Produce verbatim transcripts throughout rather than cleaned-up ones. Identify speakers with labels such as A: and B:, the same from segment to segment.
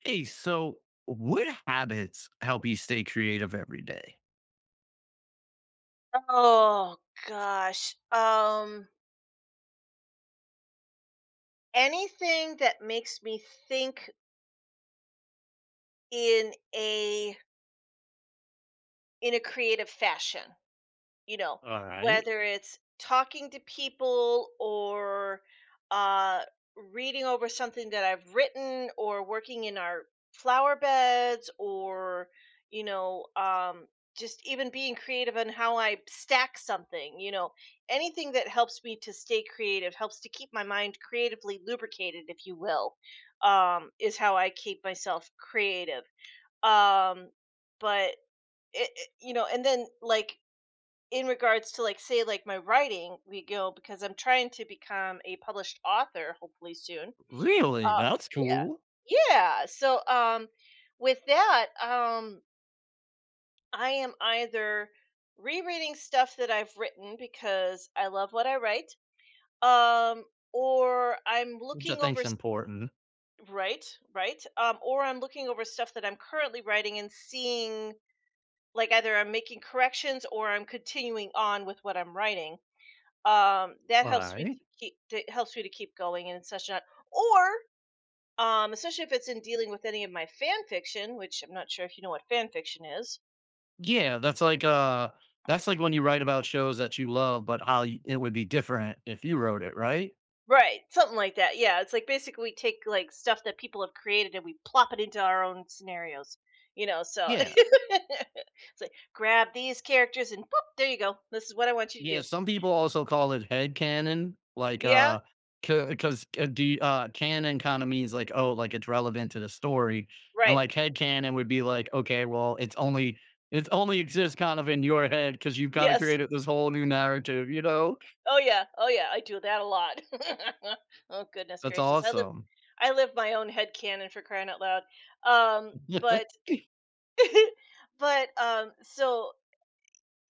A: Hey, so what habits help you stay creative every day?
B: Oh gosh. Um anything that makes me think in a in a creative fashion, you know,
A: All right.
B: whether it's talking to people or uh, reading over something that I've written, or working in our flower beds or, you know, um, just even being creative on how I stack something, you know, anything that helps me to stay creative, helps to keep my mind creatively lubricated, if you will, um, is how I keep myself creative. Um, but it, it- you know, and then, like, in regards to, like, say, like, my writing we go, because I'm trying to become a published author hopefully soon.
A: Really?
B: uh
A: That's
B: yeah,
A: cool.
B: yeah so um With that, um I am either rereading stuff that I've written because I love what I write, um or I'm
A: Which I
B: looking over
A: think's
B: s-
A: important.
B: right. Right. Um or I'm looking over stuff that I'm currently writing and seeing, like, either I'm making corrections or I'm continuing on with what I'm writing. Um, that
A: All
B: helps me
A: right.
B: to keep that helps me to keep going and such not. Or um, especially if it's in dealing with any of my fan fiction, which I'm not sure if you know what fan fiction is.
A: Yeah, that's like uh that's like when you write about shows that you love, but how y- it would be different if you wrote it, right?
B: Right, something like that. Yeah, it's like basically we take like stuff that people have created and we plop it into our own scenarios, you know. So
A: Yeah.
B: it's like grab these characters and boop, there you go, this is what I want you to do.
A: Yeah, some people also call it head headcanon, like,
B: Yeah,
A: uh, because, uh, do you- uh, canon kinda means, like, oh, like, it's relevant to the story, and,
B: right,
A: like, head headcanon would be like, okay, well, it's only it's only exists kind of in your head because you 'cause you've kinda
B: yes.
A: created this whole new narrative, you know?
B: Oh yeah, oh yeah, I do that a lot. Oh goodness
A: That's
B: gracious, I live,
A: awesome.
B: I live my own head cannon for crying out loud. Um, but, but um, so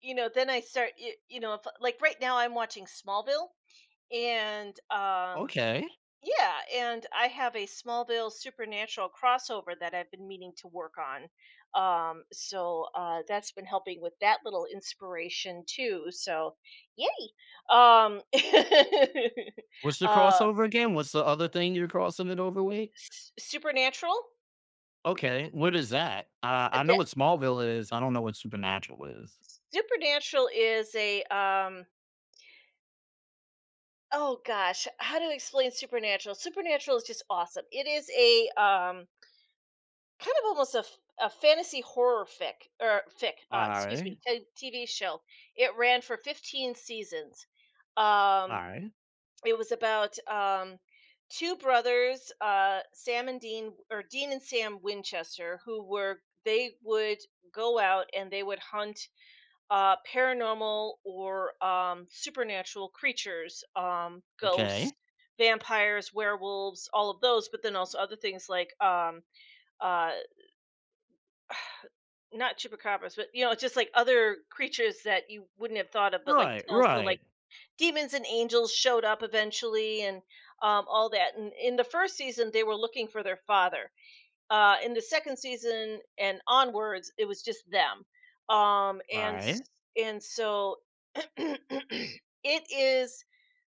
B: You know, then I start, you, you know, if, like, right now I'm watching Smallville, and um,
A: Okay.
B: yeah, and I have a Smallville Supernatural crossover that I've been meaning to work on. Um, so uh, that's been helping with that little inspiration too. So, yay! Um,
A: What's the
B: uh,
A: crossover again? What's the other thing you're crossing it over with?
B: S- Supernatural.
A: Okay, what is that? Uh,
B: Uh,
A: I know
B: That
A: what Smallville is, I don't know what Supernatural is.
B: Supernatural is a um, oh gosh, how to explain Supernatural? Supernatural is just awesome. It is a um, kind of almost a, f- a fantasy horror fic or fic, uh, excuse me,
A: Alright,
B: t- tv show. It ran for fifteen seasons. um
A: alright,
B: it was about um two brothers, uh Sam and Dean, or Dean and Sam Winchester, who were, they would go out and they would hunt uh paranormal or um supernatural creatures, um ghosts,
A: okay.
B: vampires, werewolves, all of those, but then also other things like um uh not chupacabras, but, you know, just, like, other creatures that you wouldn't have thought of, but, like,
A: Right,
B: also, like,
A: right.
B: demons and angels showed up eventually, and um, all that, and in the first season, they were looking for their father. Uh, in the second season and onwards, it was just them, um, and s
A: Alright.
B: and so it is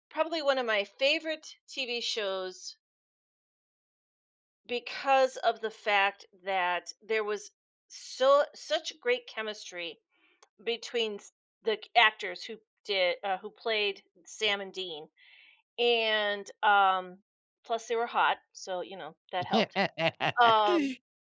B: probably one of my favorite T V shows because of the fact that there was so such great chemistry between s- the c- actors who did uh, who played Sam and Dean, and um, plus they were hot, so you know that helped. Um,
A: Dude,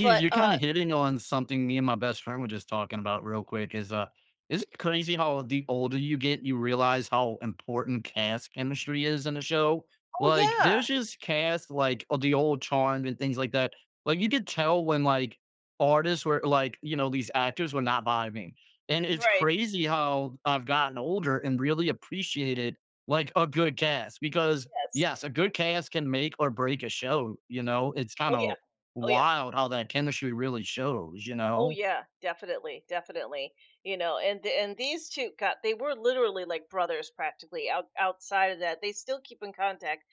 B: but
A: you're kind
B: uh,
A: of hitting on something me and my best friend were just talking about real quick is uh is it crazy how the older you get you realize how important cast chemistry is in a show?
B: Oh
A: Like
B: yeah,
A: there's just cast like of the old charm and things like that. Like you could tell when like artists were like, you know, these actors were not vibing. And it's
B: right,
A: crazy how I've gotten older and really appreciated like a good cast because
B: yes,
A: yes, a good cast can make or break a show, you know. It's kind
B: oh
A: of
B: yeah, oh yeah,
A: wild how that chemistry really shows, you
B: oh
A: know?
B: yeah, definitely, definitely. You know, and th- and these two got, they were literally like brothers practically. Out outside of that, they still keep in contact.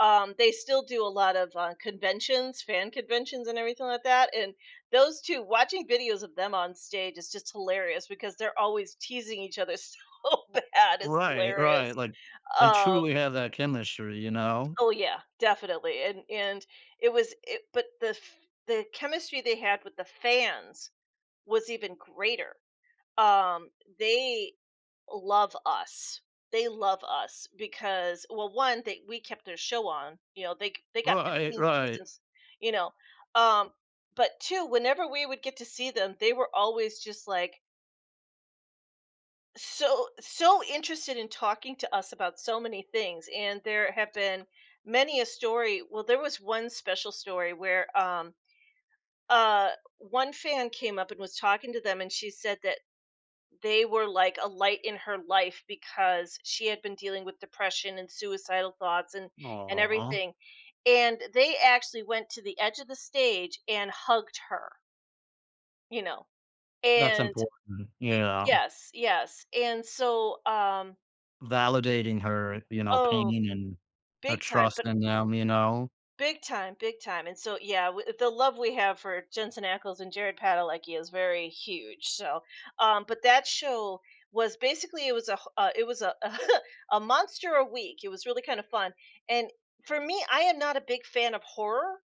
B: um, They still do a lot of uh, conventions, fan conventions, and everything like that. And those two, watching videos of them on stage is just hilarious because they're always teasing each other so bad. It's
A: Right, right,
B: hilarious.
A: like, they
B: Um,
A: truly have that chemistry, you know?
B: oh yeah, definitely. And and it was, it, but the f- the chemistry they had with the fans was even greater. um they love us, they love us because, well, one, they, we kept their show on, you know, they they got
A: Right,
B: fifteen
A: right.
B: seasons, you know. um but two, whenever we would get to see them, they were always just like so so interested in talking to us about so many things. And there have been many a story. Well, there was one special story where um uh one fan came up and was talking to them, and she said that they were like a light in her life because she had been dealing with depression and suicidal thoughts and and
A: Aw,
B: everything. And they actually went to the edge of the stage and hugged her, you know.
A: that's
B: And
A: important,
B: y
A: yeah.
B: yes, yes. And so, um
A: Validating her, you know,
B: oh,
A: pain and her
B: big time, but
A: trust in them, you know?
B: big time, big time. And so, yeah, w- the love we have for Jensen Ackles and Jared Padalecki is very huge. So, um, but that show was basically, it was a h- uh, it was a a monster a week. It was really kind of fun. And for me, I am not a big fan of horror,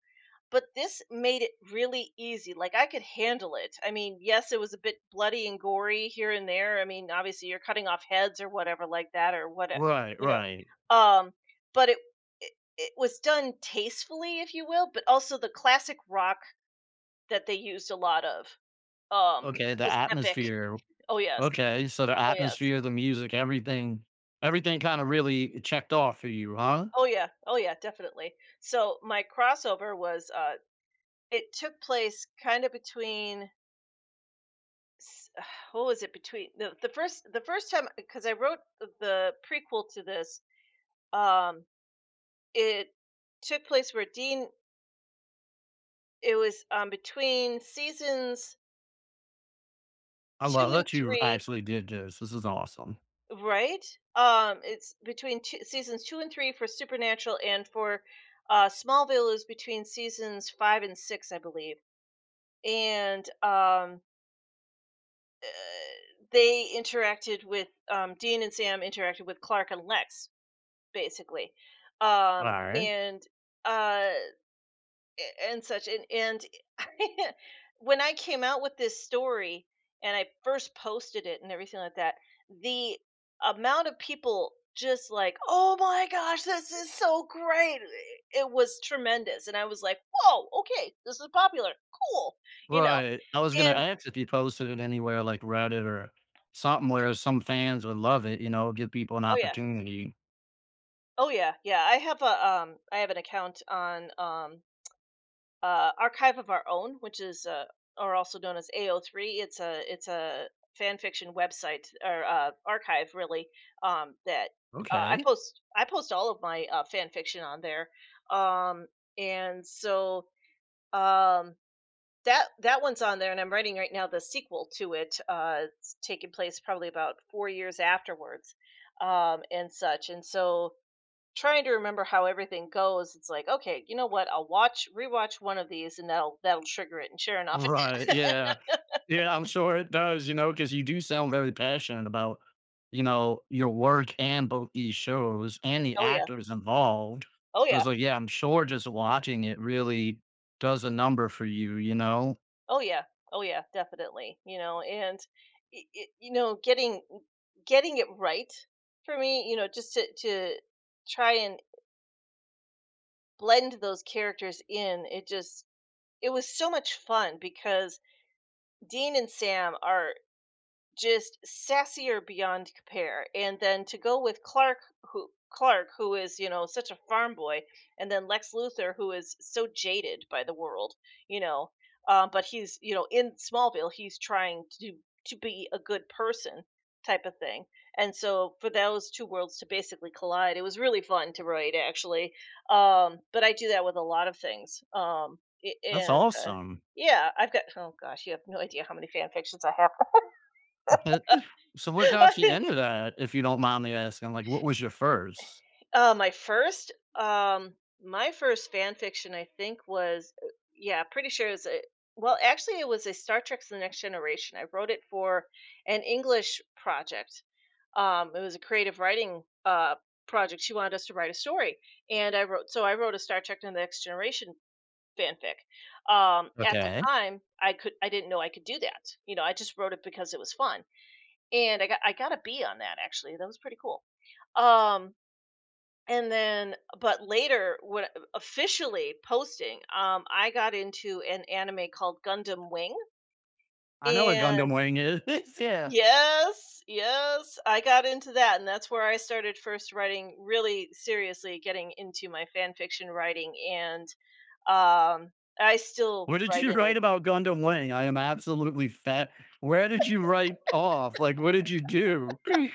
B: but this made it really easy. Like I could handle it. I mean, yes, it was a bit bloody and gory here and there. I mean, obviously you're cutting off heads or whatever like that or what,
A: Right,
B: you know.
A: right.
B: Um but it, it It was done tastefully, if you will, but also the classic rock that they used a lot of um
A: Okay, the
B: was epic.
A: atmosphere.
B: Oh yes,
A: Okay, so the
B: oh yes,
A: atmosphere, the music, everything everything kinda really checked off for you, huh?
B: oh yeah, oh yeah, definitely. So my crossover was, uh it took place kind of between s- what was it, between the, the first, the first time, because I wrote the prequel to this. um it took place where Dean, it was um between seasons
A: I
B: two
A: love
B: and
A: that you
B: three.
A: actually did this, this is awesome.
B: Right? Um, it's between two, seasons two and three for Supernatural, and for uh, Smallville is between seasons five and six, I believe. And um, uh, they interacted with um, Dean and Sam interacted with Clark and Lex, basically. Um,
A: Alright.
B: and uh, a- and such and and when I came out with this story and I first posted it and everything like that, the amount of people just like, "Oh my gosh, this is so great," it was tremendous, and I was like, "Whoa, okay, this is popular, cool," you know.
A: Right, I was gonna
B: And
A: ask if you posted it anywhere like Reddit or something where some fans would love it, you know, give people an
B: oh yeah,
A: opportunity.
B: oh yeah, yeah, I have a um I have an account on um uh, Archive of Our Own, which is uh, or also known as A O three. It's a it's a fan fiction website, or uh, archive really, um, that uh, I
A: Okay.
B: post I post all of my uh, fan fiction on there, um, and so um, that that one's on there, and I'm writing right now the sequel to it. Uh, it's taking place probably about four years afterwards, um, and such, and so trying to remember how everything goes, it's like, "Okay, you know what? I'll watch rewatch one of these and that'll that'll trigger it," and sure enough it
A: Right,
B: did.
A: yeah. Yeah, I'm sure it does, you know, because you do sound very passionate about, you know, your work and both these shows and the
B: Oh, yeah.
A: actors involved.
B: Oh,
A: I
B: yeah.
A: was like, yeah, I'm sure just watching it really does a number for you, you know?
B: Oh, yeah. Oh, yeah, definitely, you know, and it it you know, getting getting it right for me, you know, just to to try and blend those characters in, it just, it was so much fun because Dean and Sam are just sassier beyond compare. And then to go with Clark, who Clark, who is, you know, such a farm boy, and then Lex Luthor, who is so jaded by the world, you know, um, but he's, you know, in Smallville, he's trying to to be a good person type of thing. And so for those two worlds to basically collide, it was really fun to write actually. Um, but I do that with a lot of things. Um, a-
A: That's
B: and uh,
A: awesome.
B: Yeah, I've got, oh gosh, you have no idea how many fan fictions I have.
A: So what got you into that, if you don't mind me asking? Like, what was your first?
B: Uh, my first, um, my first fan fiction, I think, was uh, yeah, pretty sure it was a, well, actually, it was a Star Trek: The Next Generation. I wrote it for an English project. Um, it was a creative writing uh, project. She wanted us to write a story, and I wrote. So I wrote a Star Trek: The Next Generation fanfic. Um, at the
A: Okay.
B: time, I could, I didn't know I could do that. You know, I just wrote it because it was fun, and I got, I got a B on that. Actually, that was pretty cool. Um, and then but later when officially posting, um, I got into an anime called Gundam Wing,
A: I know what Gundam
B: and
A: Wing is. Yeah.
B: yes, yes, I got into that, and that's where I started first writing, really seriously getting into my fan fiction writing, and, um, I still
A: What did
B: write
A: you
B: in
A: write
B: it.
A: about Gundam Wing? I am absolutely fat. Where did you write off? Like, what did you do?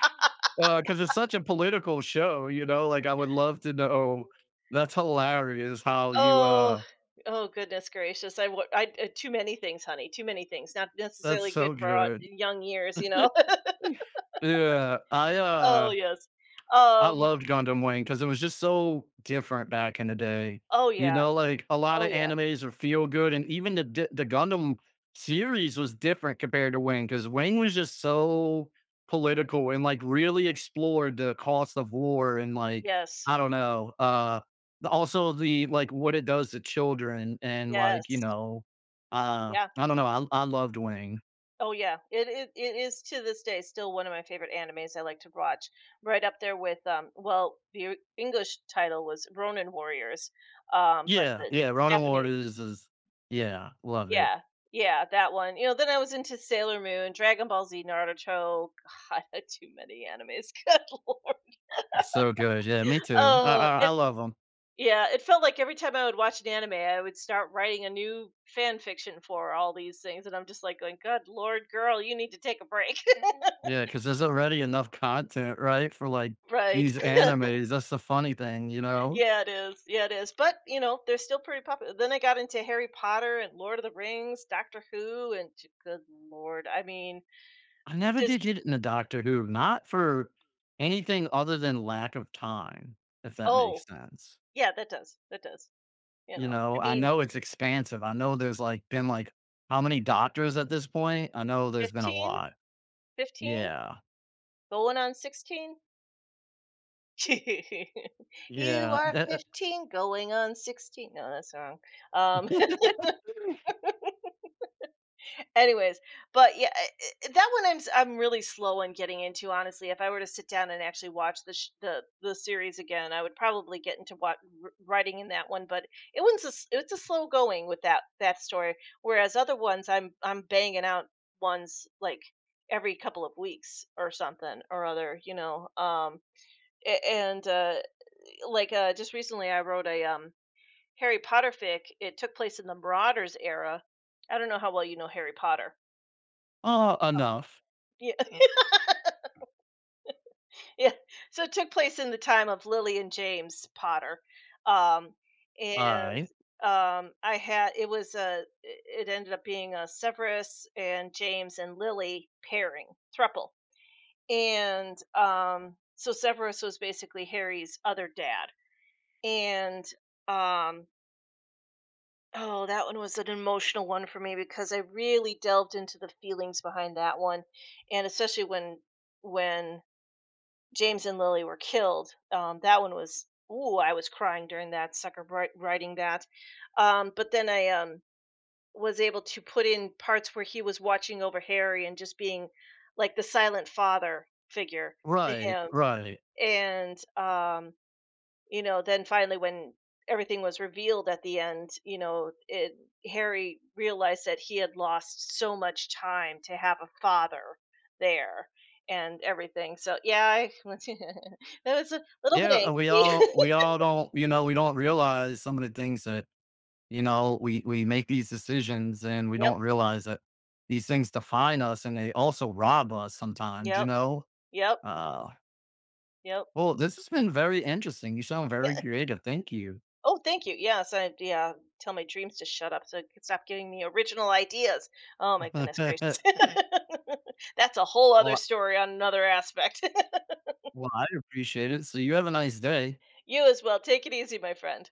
A: Because it's such a political show, you know? Like, I would love to know. That's hilarious how you,
B: Oh,
A: uh
B: oh, goodness gracious, I wa I uh, too many things, honey, too many things, not
A: that's
B: necessarily good
A: so
B: for, uh,
A: good.
B: young years, you know?
A: Yeah, I,
B: Oh,
A: uh
B: yes.
A: I
B: Um,
A: loved Gundam Wing because it was just so different back in the day.
B: oh,
A: You
B: yeah.
A: know, like, a lot
B: Oh,
A: of
B: yeah.
A: animes are feel good, and even the d the Gundam series was different compared to Wing because Wing was just so political and, like, really explored the cost of war and, like,
B: Yes.
A: I don't know, uh, the also the, like, what it does to children and, like, you
B: Yes.
A: know, uh,
B: Yeah.
A: I don't know, I I loved Wing.
B: Oh, yeah. It it it is to this day still one of my favorite animes I like to watch. Right up there with, um well, the English title was Ronin Warriors, um, but
A: Yeah,
B: the
A: yeah, Ronin Lord
B: Japanese.
A: is is yeah, love it.
B: Yeah. Yeah, that one. You know, then I was into Sailor Moon, Dragon Ball Z, Naruto. God, too many animes. Good lord.
A: So good. Yeah, me too. I
B: Oh,
A: I, I love them.
B: yeah, it felt like every time I would watch an anime, I would start writing a new fan fiction for all these things, and I'm just like going, "Good lord, girl, you need to take a break."
A: Yeah, because there's already enough content, right? For like
B: Right?
A: these animes. That's the funny thing, you know?
B: Yeah, it is. Yeah, it is. But you know, they're still pretty popular. Then I got into Harry Potter and Lord of the Rings, Doctor Who, and j- good lord, I mean,
A: I never
B: just.
A: did get into Doctor Who, not for anything other than lack of time, if that
B: Oh
A: makes sense.
B: yeah, that does, that does. You
A: You
B: know, I
A: know, I
B: mean,
A: know it's expansive. I know there's like been like how many doctors at this point? I know there's been a
B: fifteen,
A: lot.
B: fifteen,
A: Yeah.
B: going on sixteen. You
A: Yeah.
B: are
A: that-
B: fifteen going on sixteen. No, that's wrong. um Anyways, but yeah I- I- that one I'm s- I'm really slow on getting into, honestly. If I were to sit down and actually watch the sh- the the series again, I would probably get into what writing in that one. But it was a, s- it's a slow going with that that story, whereas other ones i'm I'm banging out ones like every couple of weeks or something or other, you know. Um a- and uh Like, uh just recently I wrote a, um Harry Potter fic, it took place in the Marauders era. I don't know how well you know Harry Potter.
A: oh, enough.
B: Yeah, mm. Yeah. So it took place in the time of Lily and James Potter, um,
A: All
B: and
A: right.
B: um, I had, it was a, it ended up being a Severus and James and Lily pairing thruple, and um, so Severus was basically Harry's other dad, and um, oh, that one was an emotional one for me because I really delved into the feelings behind that one, and especially when when James and Lily were killed. Um, that one was, ooh, I was crying during that sucker, bri- writing that. Um, but then I um Was able to put in parts where he was watching over Harry and just being like the silent father figure to
A: Right.
B: him,
A: Right.
B: and um you know, then finally when everything was revealed at the end, you know, it, Harry realized that he had lost so much time to have a father there and everything. So yeah, I, that was a little bit
A: Yeah, and we all
B: angsty.
A: we all don't, you know, we don't realize some of the things that, you know, we we make these decisions and we
B: Yep,
A: don't realize that these things define us and they also rob us sometimes, you
B: yep,
A: know?
B: yep,
A: Uh
B: yep.
A: well, this has been very interesting. You sound very
B: Yeah.
A: creative. Thank you.
B: Oh, thank you. Yes, I yeah. Tell my dreams to shut up, so it can stop giving me original ideas. Oh my goodness
A: well,
B: gracious, that's a whole other
A: I-
B: story on another aspect.
A: well, I appreciate it. So you have a nice day.
B: You as well. Take it easy, my friend.